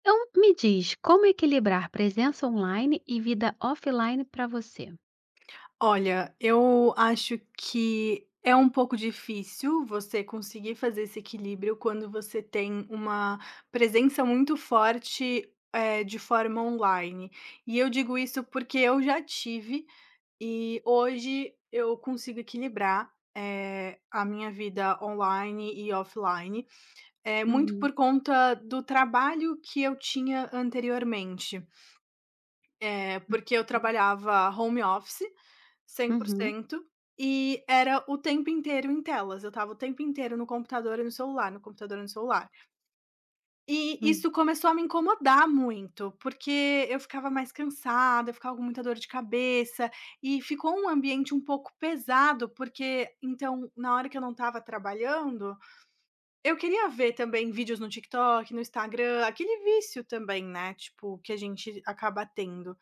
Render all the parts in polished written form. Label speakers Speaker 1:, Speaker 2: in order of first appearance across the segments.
Speaker 1: Então, me diz, como equilibrar presença online e vida offline para você?
Speaker 2: Olha, eu acho que é um pouco difícil você conseguir fazer esse equilíbrio quando você tem uma presença muito forte, de forma online. E eu digo isso porque eu já tive e hoje eu consigo equilibrar, a minha vida online e offline, muito
Speaker 1: Uhum.
Speaker 2: por conta do trabalho que eu tinha anteriormente. Porque eu trabalhava home office cem por
Speaker 1: Uhum.
Speaker 2: cento e era o tempo inteiro em telas, eu estava o tempo inteiro no computador e no celular, no computador e no celular. E
Speaker 1: Uhum.
Speaker 2: isso começou a me incomodar muito, porque eu ficava mais cansada, eu ficava com muita dor de cabeça, e ficou um ambiente um pouco pesado, porque então, na hora que eu não estava trabalhando, eu queria ver também vídeos no TikTok, no Instagram, aquele vício também, né, tipo, que a gente acaba tendo.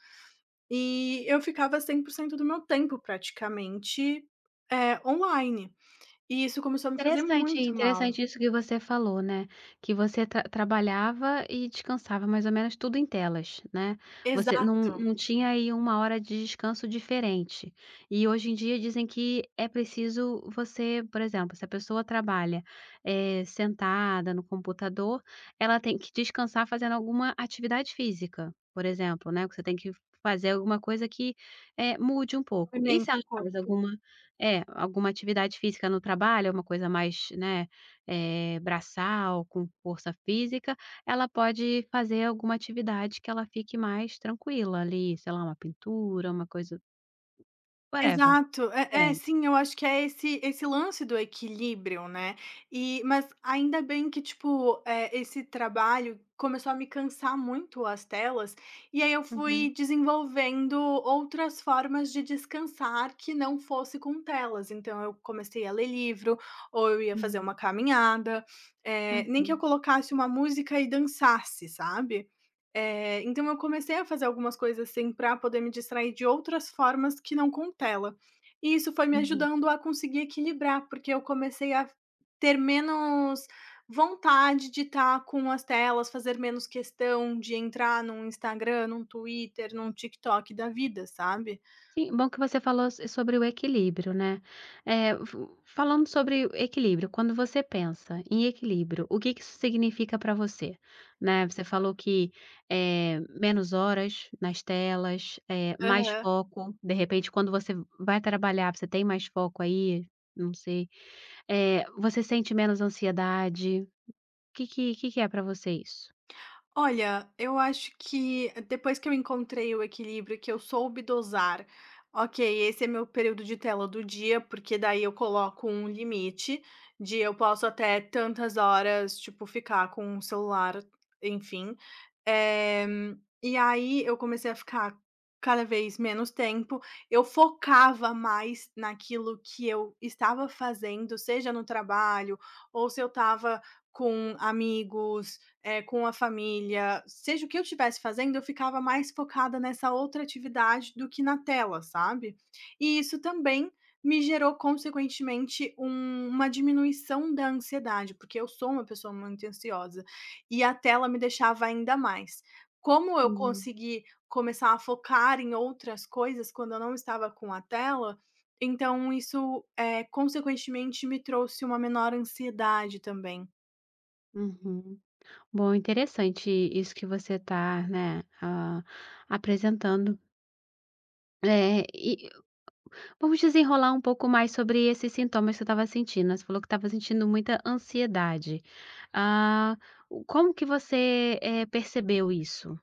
Speaker 2: E eu ficava 100% do meu tempo praticamente, online. E isso começou a me fazer
Speaker 1: Interessante,
Speaker 2: muito mal.
Speaker 1: interessante isso que você falou, né, que você trabalhava e descansava mais ou menos tudo em telas, né, você não
Speaker 2: Exato.
Speaker 1: não tinha aí uma hora de descanso diferente. E hoje em dia dizem que é preciso você, por exemplo, se a pessoa trabalha, sentada no computador, ela tem que descansar fazendo alguma atividade física, por exemplo, né, você tem que fazer alguma coisa que, mude um
Speaker 2: Foi
Speaker 1: pouco. E se
Speaker 2: Mente,
Speaker 1: ela
Speaker 2: foi.
Speaker 1: faz alguma é, alguma atividade física no trabalho, uma coisa mais, né, braçal, com força física, ela pode fazer alguma atividade que ela fique mais tranquila ali, sei lá, uma pintura, uma coisa whatever,
Speaker 2: Exato.
Speaker 1: diferente.
Speaker 2: Sim, eu acho que é esse lance do equilíbrio, né. E mas ainda bem que, tipo, esse trabalho começou a me cansar muito as telas, e aí eu fui
Speaker 1: Uhum,
Speaker 2: desenvolvendo outras formas de descansar que não fosse com telas. Então eu comecei a ler livro, ou eu ia fazer uma
Speaker 1: uhum,
Speaker 2: caminhada, nem que eu
Speaker 1: uhum,
Speaker 2: colocasse uma música e dançasse, sabe? Então eu comecei a fazer algumas coisas, assim, para poder me distrair de outras formas que não com tela. E isso foi me
Speaker 1: uhum.
Speaker 2: ajudando a conseguir equilibrar, porque eu comecei a ter menos vontade de estar com as telas, fazer menos questão de entrar num Instagram, num Twitter, num TikTok da vida, sabe?
Speaker 1: Sim, bom que você falou s sobre o equilíbrio, né. Fu falando sobre o equilíbrio, quando você pensa em equilíbrio, o que que isso significa para você? Né, você falou que, menos horas nas telas, mais foco, de repente quando você vai trabalhar, você tem mais foco aí? Não sei. Eh, você sente menos ansiedade? O que é para você isso?
Speaker 2: Olha, eu acho que depois que eu encontrei o equilíbrio, que eu soube dosar, ok, esse é meu período de tela do dia, porque daí eu coloco um limite de eu posso até tantas horas, tipo, ficar com o celular, enfim. Eh, e aí eu comecei a ficar cada vez menos tempo, eu focava mais naquilo que eu estava fazendo, seja no trabalho ou se eu estava com amigos com a família, seja o que eu estivesse fazendo, eu ficava mais focada nessa outra atividade do que na tela, sabe. E isso também me gerou, consequentemente, uma diminuição da ansiedade, porque eu sou uma pessoa muito ansiosa, e a tela me deixava ainda mais. Como eu
Speaker 1: Hum,
Speaker 2: consegui começar a focar em outras coisas quando eu não estava com a tela, então isso, consequentemente me trouxe uma menor ansiedade também.
Speaker 1: uhum. Bom, interessante isso que você está, né, apresentando. É, e vamos desenrolar um pouco mais sobre esses sintomas que você estava sentindo, né, você falou que estava sentindo muita ansiedade. Ah, o como que você, percebeu isso?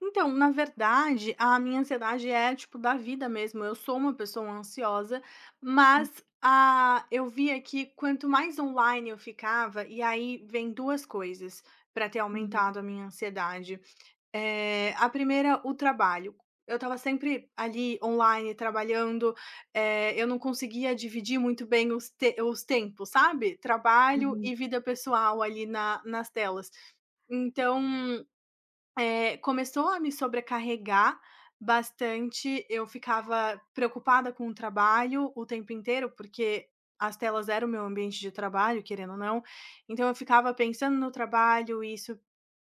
Speaker 2: Então, na verdade, a minha ansiedade é, tipo, da vida mesmo. Eu sou uma pessoa ansiosa, mas, ah, eu via que quanto mais online eu ficava e aí vem 2 coisas para ter
Speaker 1: Uhum,
Speaker 2: aumentado a minha ansiedade. A primeira, o trabalho. Eu estava sempre ali online trabalhando, eu não conseguia dividir muito bem os tempos, sabe? Trabalho
Speaker 1: uhum,
Speaker 2: e vida pessoal ali na nas telas. Então começou a me sobrecarregar bastante, eu ficava preocupada com o trabalho o tempo inteiro, porque as telas eram o meu ambiente de trabalho, querendo ou não, então eu ficava pensando no trabalho e isso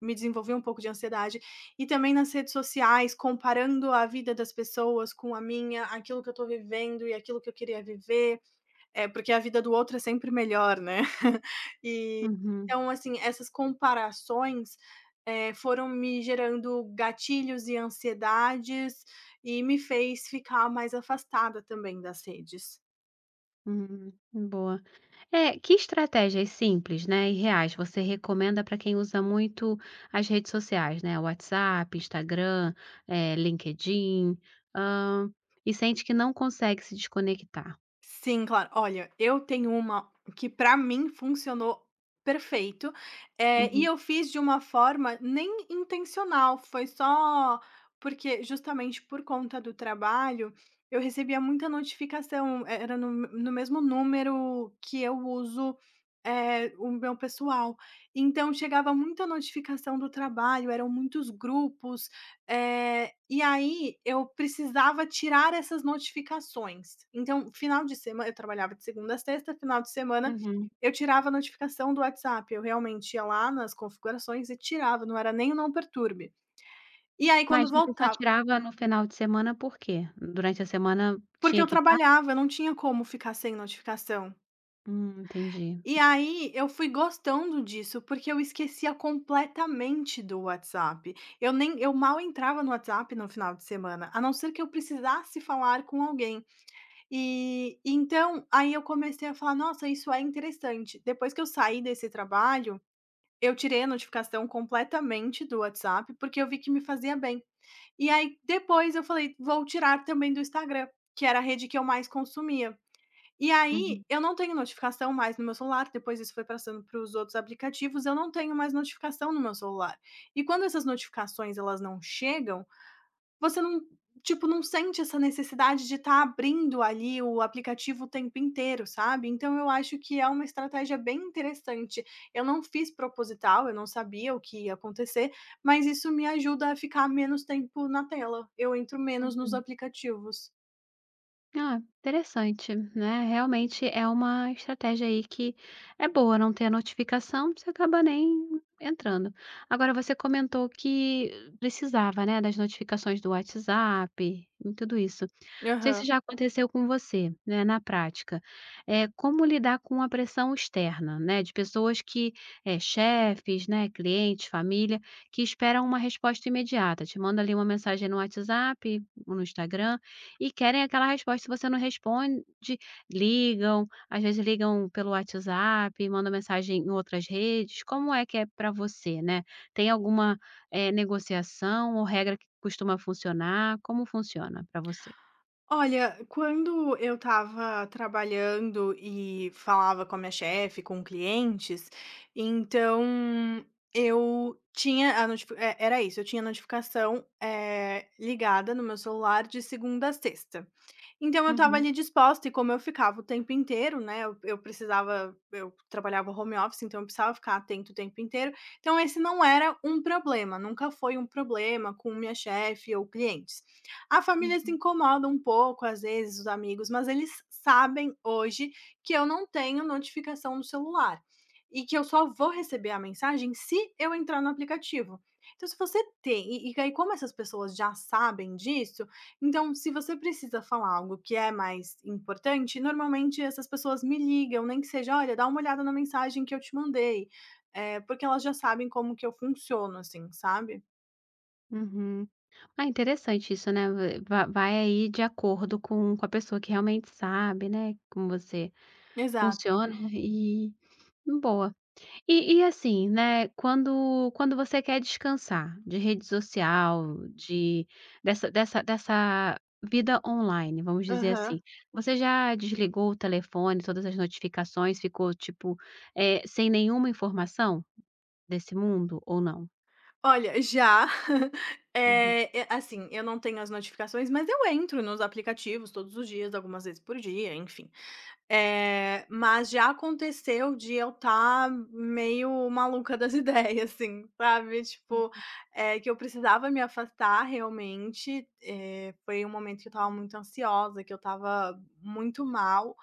Speaker 2: me desenvolveu um pouco de ansiedade. E também nas redes sociais, comparando a vida das pessoas com a minha, aquilo que eu tô vivendo e aquilo que eu queria viver, porque a vida do outro é sempre melhor, né. E
Speaker 1: uhum,
Speaker 2: então, assim, essas comparações, foram me gerando gatilhos e ansiedades, e me fez ficar mais afastada também das redes.
Speaker 1: uhum, boa. É, que estratégias simples, né, e reais você recomenda para quem usa muito as redes sociais, né, WhatsApp, Instagram, LinkedIn, hã, e sente que não consegue se desconectar?
Speaker 2: Sim, claro. Olha, eu tenho uma que para mim funcionou perfeito, e
Speaker 1: Uhum,
Speaker 2: eu fiz de uma forma nem intencional, foi só porque justamente por conta do trabalho, eu recebia muita notificação, era no mesmo número que eu uso, o meu pessoal. Então chegava muita notificação do trabalho, eram muitos grupos e aí eu precisava tirar essas notificações. Então, final de semana eu trabalhava de segunda a sexta, final de semana
Speaker 1: uhum.
Speaker 2: eu tirava a notificação do WhatsApp, eu realmente ia lá nas configurações e tirava, não era nem o não perturbe. E aí quando
Speaker 1: Mas você só
Speaker 2: voltava
Speaker 1: tirava no final de semana por quê? Durante a semana
Speaker 2: porque
Speaker 1: tinha
Speaker 2: eu
Speaker 1: que estar?
Speaker 2: trabalhava, eu não tinha como ficar sem notificação.
Speaker 1: Entendi.
Speaker 2: E aí eu fui gostando disso, porque eu esquecia completamente do WhatsApp. Eu mal entrava no WhatsApp no final de semana, a não ser que eu precisasse falar com alguém. E então, aí eu comecei a falar: "Nossa, isso é interessante". Depois que eu saí desse trabalho, eu tirei a notificação completamente do WhatsApp, porque eu vi que me fazia bem. E aí depois eu falei: "Vou tirar também do Instagram", que era a rede que eu mais consumia. E aí,
Speaker 1: Uhum,
Speaker 2: eu não tenho notificação mais no meu celular, depois isso foi passando para os outros aplicativos, eu não tenho mais notificação no meu celular. E quando essas notificações elas não chegam você não, tipo, não sente essa necessidade de estar abrindo ali o aplicativo o tempo inteiro, sabe. Então eu acho que é uma estratégia bem interessante. Eu não fiz proposital, eu não sabia o que ia acontecer, mas isso me ajuda a ficar menos tempo na tela, eu entro menos nos
Speaker 1: uhum.
Speaker 2: aplicativos.
Speaker 1: Ah, interessante, né, realmente é uma estratégia aí que é boa, não ter a notificação, você acaba nem entrando. Agora você comentou que precisava, né, das notificações do WhatsApp e tudo isso. Não sei se
Speaker 2: Aham.
Speaker 1: já aconteceu com você, né, na prática. É como lidar com a pressão externa, né, de pessoas que, é chefes, né, clientes, família, que esperam uma resposta imediata, te manda ali uma mensagem no WhatsApp ou no Instagram, e querem aquela resposta, se você não responde, ligam, às vezes ligam pelo WhatsApp, mandam mensagem em outras redes. Como é que é para você, né? Tem alguma, negociação ou regra que costuma funcionar? Como funciona para você?
Speaker 2: Olha, quando eu estava trabalhando e falava com a minha chefe, com clientes, então eu tinha a notifi é, era isso, eu tinha a notificação, ligada no meu celular de segunda a sexta. Então eu estava
Speaker 1: Uhum,
Speaker 2: ali disposta e como eu ficava o tempo inteiro, né, eu trabalhava home office, então eu precisava ficar atento o tempo inteiro, então esse não era um problema, nunca foi um problema com minha chefe ou clientes. A família se
Speaker 1: uhum,
Speaker 2: incomoda um pouco, às vezes, os amigos, mas eles sabem hoje que eu não tenho notificação no celular, e que eu só vou receber a mensagem se eu entrar no aplicativo. Então se você tem e aí como essas pessoas já sabem disso, então, se você precisa falar algo que é mais importante, normalmente essas pessoas me ligam, nem que seja, olha, dá uma olhada na mensagem que eu te mandei, porque elas já sabem como que eu funciono, assim, sabe.
Speaker 1: uhum. Ah, interessante isso, né, va vai aí de acordo com a pessoa que realmente sabe, né, como você
Speaker 2: Exato.
Speaker 1: funciona e boa. E assim, né, quando você quer descansar de rede social, de dessa vida online, vamos dizer
Speaker 2: Aham.
Speaker 1: assim, você já desligou o telefone, todas as notificações, ficou, tipo, sem nenhuma informação desse mundo ou não?
Speaker 2: Olha, já,
Speaker 1: Uhum,
Speaker 2: e assim, eu não tenho as notificações, mas eu entro nos aplicativos todos os dias, algumas vezes por dia, enfim. Mas já aconteceu de eu estar meio maluca das ideias, assim, sabe, tipo,
Speaker 1: uhum.
Speaker 2: que eu precisava me afastar realmente, foi um momento que eu estava muito ansiosa, que eu estava muito mal,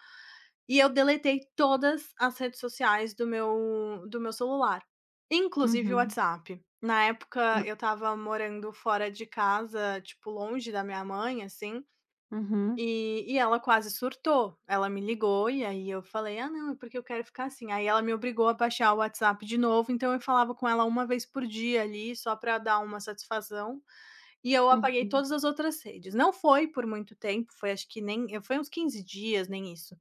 Speaker 2: e eu deletei todas as redes sociais do meu celular, inclusive o
Speaker 1: Uhum.
Speaker 2: WhatsApp. Na época eu estava morando fora de casa, tipo, longe da minha mãe, assim,
Speaker 1: Uhum,
Speaker 2: e ela quase surtou. Ela me ligou e aí eu falei: "Ah, não, é porque eu quero ficar assim". Aí ela me obrigou a baixar o WhatsApp de novo, então eu falava com ela uma vez por dia ali, só para dar uma satisfação, e eu apaguei
Speaker 1: uhum,
Speaker 2: todas as outras redes. Não foi por muito tempo, foi acho que nem foi uns 15 dias, nem isso.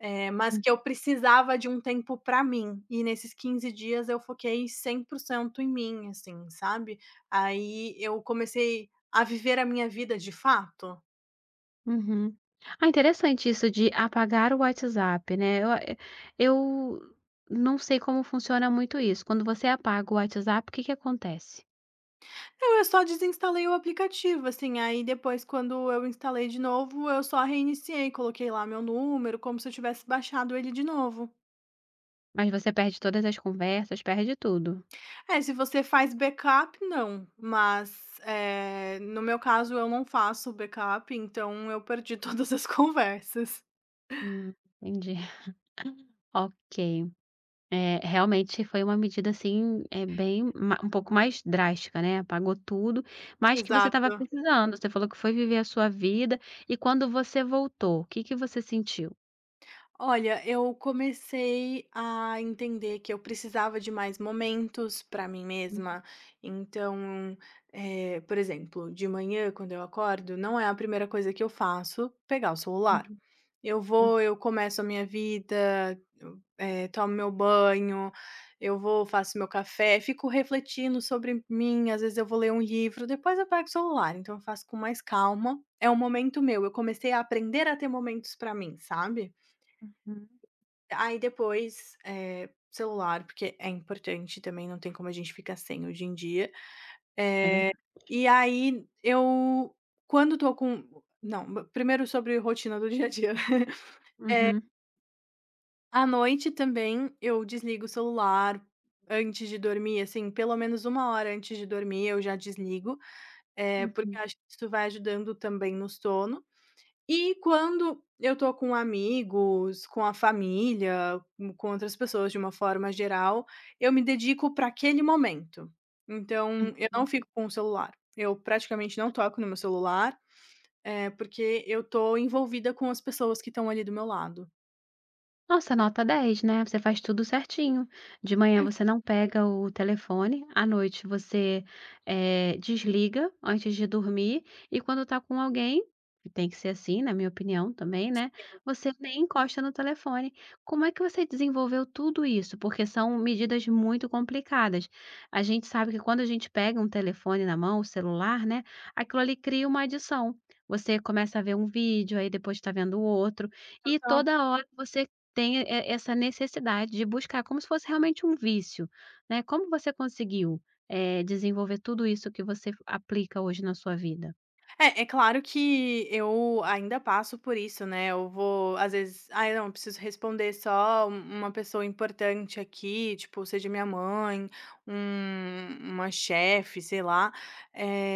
Speaker 2: Mas
Speaker 1: uhum.
Speaker 2: que eu precisava de um tempo para mim, e nesses 15 dias eu foquei 100% em mim, assim, sabe. Aí eu comecei a viver a minha vida de fato.
Speaker 1: Uhum. Ah, interessante isso de apagar o WhatsApp, né. Eu não sei como funciona muito isso. Quando você apaga o WhatsApp, o que que acontece?
Speaker 2: Não, eu só desinstalei o aplicativo, assim, aí depois quando eu instalei de novo, eu só reiniciei, coloquei lá meu número, como se eu tivesse baixado ele de novo.
Speaker 1: Mas você perde todas as conversas, perde tudo?
Speaker 2: É, se você faz backup, não, mas, no meu caso eu não faço backup, então eu perdi todas as conversas.
Speaker 1: Hum, entendi. Ok. É, realmente foi uma medida, assim, é bem ma um pouco mais drástica, né, apagou tudo, mas que você estava
Speaker 2: Exato.
Speaker 1: precisando. Você falou que foi viver a sua vida. E quando você voltou, o que que você sentiu?
Speaker 2: Olha, eu comecei a entender que eu precisava de mais momentos para mim
Speaker 1: Uhum,
Speaker 2: mesma. Então, por exemplo, de manhã, quando eu acordo, não é a primeira coisa que eu faço pegar o celular.
Speaker 1: uhum,
Speaker 2: Eu vou, eu começo a minha vida, eu, tomo meu banho, eu vou, faço meu café, fico refletindo sobre mim. Às vezes eu vou ler um livro, depois eu pego o celular. Então, eu faço com mais calma. É um momento meu. Eu comecei a aprender a ter momentos para mim, sabe?
Speaker 1: uhum,
Speaker 2: Aí depois, celular, porque é importante também, não tem como a gente ficar sem hoje em dia.
Speaker 1: é verdade.
Speaker 2: E aí eu quando tô com não, primeiro sobre rotina do dia a dia.
Speaker 1: Uhum.
Speaker 2: À noite também eu desligo o celular antes de dormir, assim, pelo menos uma hora antes de dormir eu já desligo, porque eu
Speaker 1: Uhum,
Speaker 2: acho que isso vai ajudando também no sono. E quando eu tô com amigos, com a família, com outras pessoas de uma forma geral, eu me dedico para aquele momento. Então, eu não
Speaker 1: uhum.
Speaker 2: fico com o celular. Eu praticamente não toco no meu celular, porque eu tô envolvida com as pessoas que estão ali do meu lado.
Speaker 1: Nossa, nota 10, né, você faz tudo certinho. De manhã você não pega o telefone, à noite você, desliga antes de dormir e quando está com alguém, e tem que ser assim, na minha opinião também, né, você nem encosta no telefone. Como é que você desenvolveu tudo isso? Porque são medidas muito complicadas. A gente sabe que quando a gente pega um telefone na mão, o celular, né, aquilo ali cria uma adição. Você começa a ver um vídeo, aí depois está vendo o outro, e
Speaker 2: Então,
Speaker 1: toda hora você tem essa necessidade de buscar como se fosse realmente um vício, né. Como você conseguiu, desenvolver tudo isso que você aplica hoje na sua vida?
Speaker 2: é claro que eu ainda passo por isso, né, eu vou às vezes: "Ai, não, eu preciso responder só uma pessoa importante aqui", tipo, seja minha mãe, uma chefe, sei lá.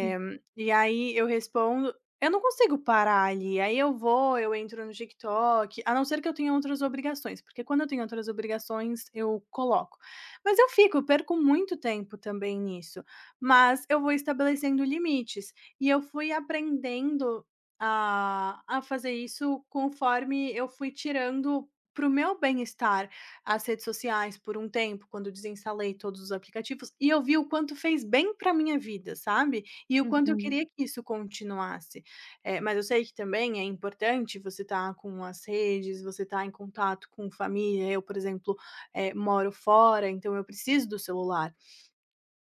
Speaker 1: Hum,
Speaker 2: e aí eu respondo eu não consigo parar ali, aí eu vou, eu entro no TikTok, a não ser que eu tenha outras obrigações, porque quando eu tenho outras obrigações, eu coloco. Mas eu fico, eu perco muito tempo também nisso, mas eu vou estabelecendo limites. E eu fui aprendendo a fazer isso conforme eu fui tirando para o meu bem-estar as redes sociais por um tempo, quando eu desinstalei todos os aplicativos, e eu vi o quanto fez bem para minha vida, sabe, e o quanto eu
Speaker 1: uhum.
Speaker 2: queria que isso continuasse. Mas eu sei que também é importante você estar com as redes, você estar em contato com família. Eu, por exemplo, moro fora, então eu preciso do celular.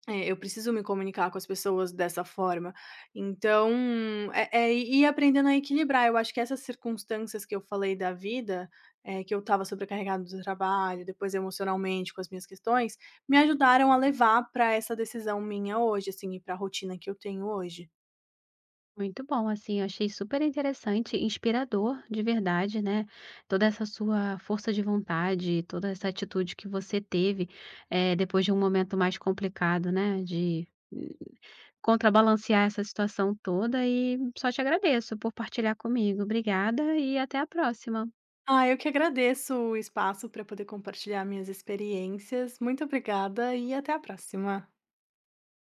Speaker 2: É, eu preciso me comunicar com as pessoas dessa forma. Então, é ir aprendendo a equilibrar. Eu acho que essas circunstâncias que eu falei da vida, que eu estava sobrecarregada do trabalho, depois emocionalmente com as minhas questões, me ajudaram a levar para essa decisão minha hoje, assim, e para a rotina que eu tenho hoje.
Speaker 1: Muito bom, assim, eu achei super interessante, inspirador, de verdade, né, toda essa sua força de vontade, toda essa atitude que você teve, depois de um momento mais complicado, né, de hum, contrabalancear essa situação toda e só te agradeço por partilhar comigo. Obrigada e até a próxima.
Speaker 2: Ah, eu que agradeço o espaço para poder compartilhar minhas experiências. Muito obrigada e até a próxima.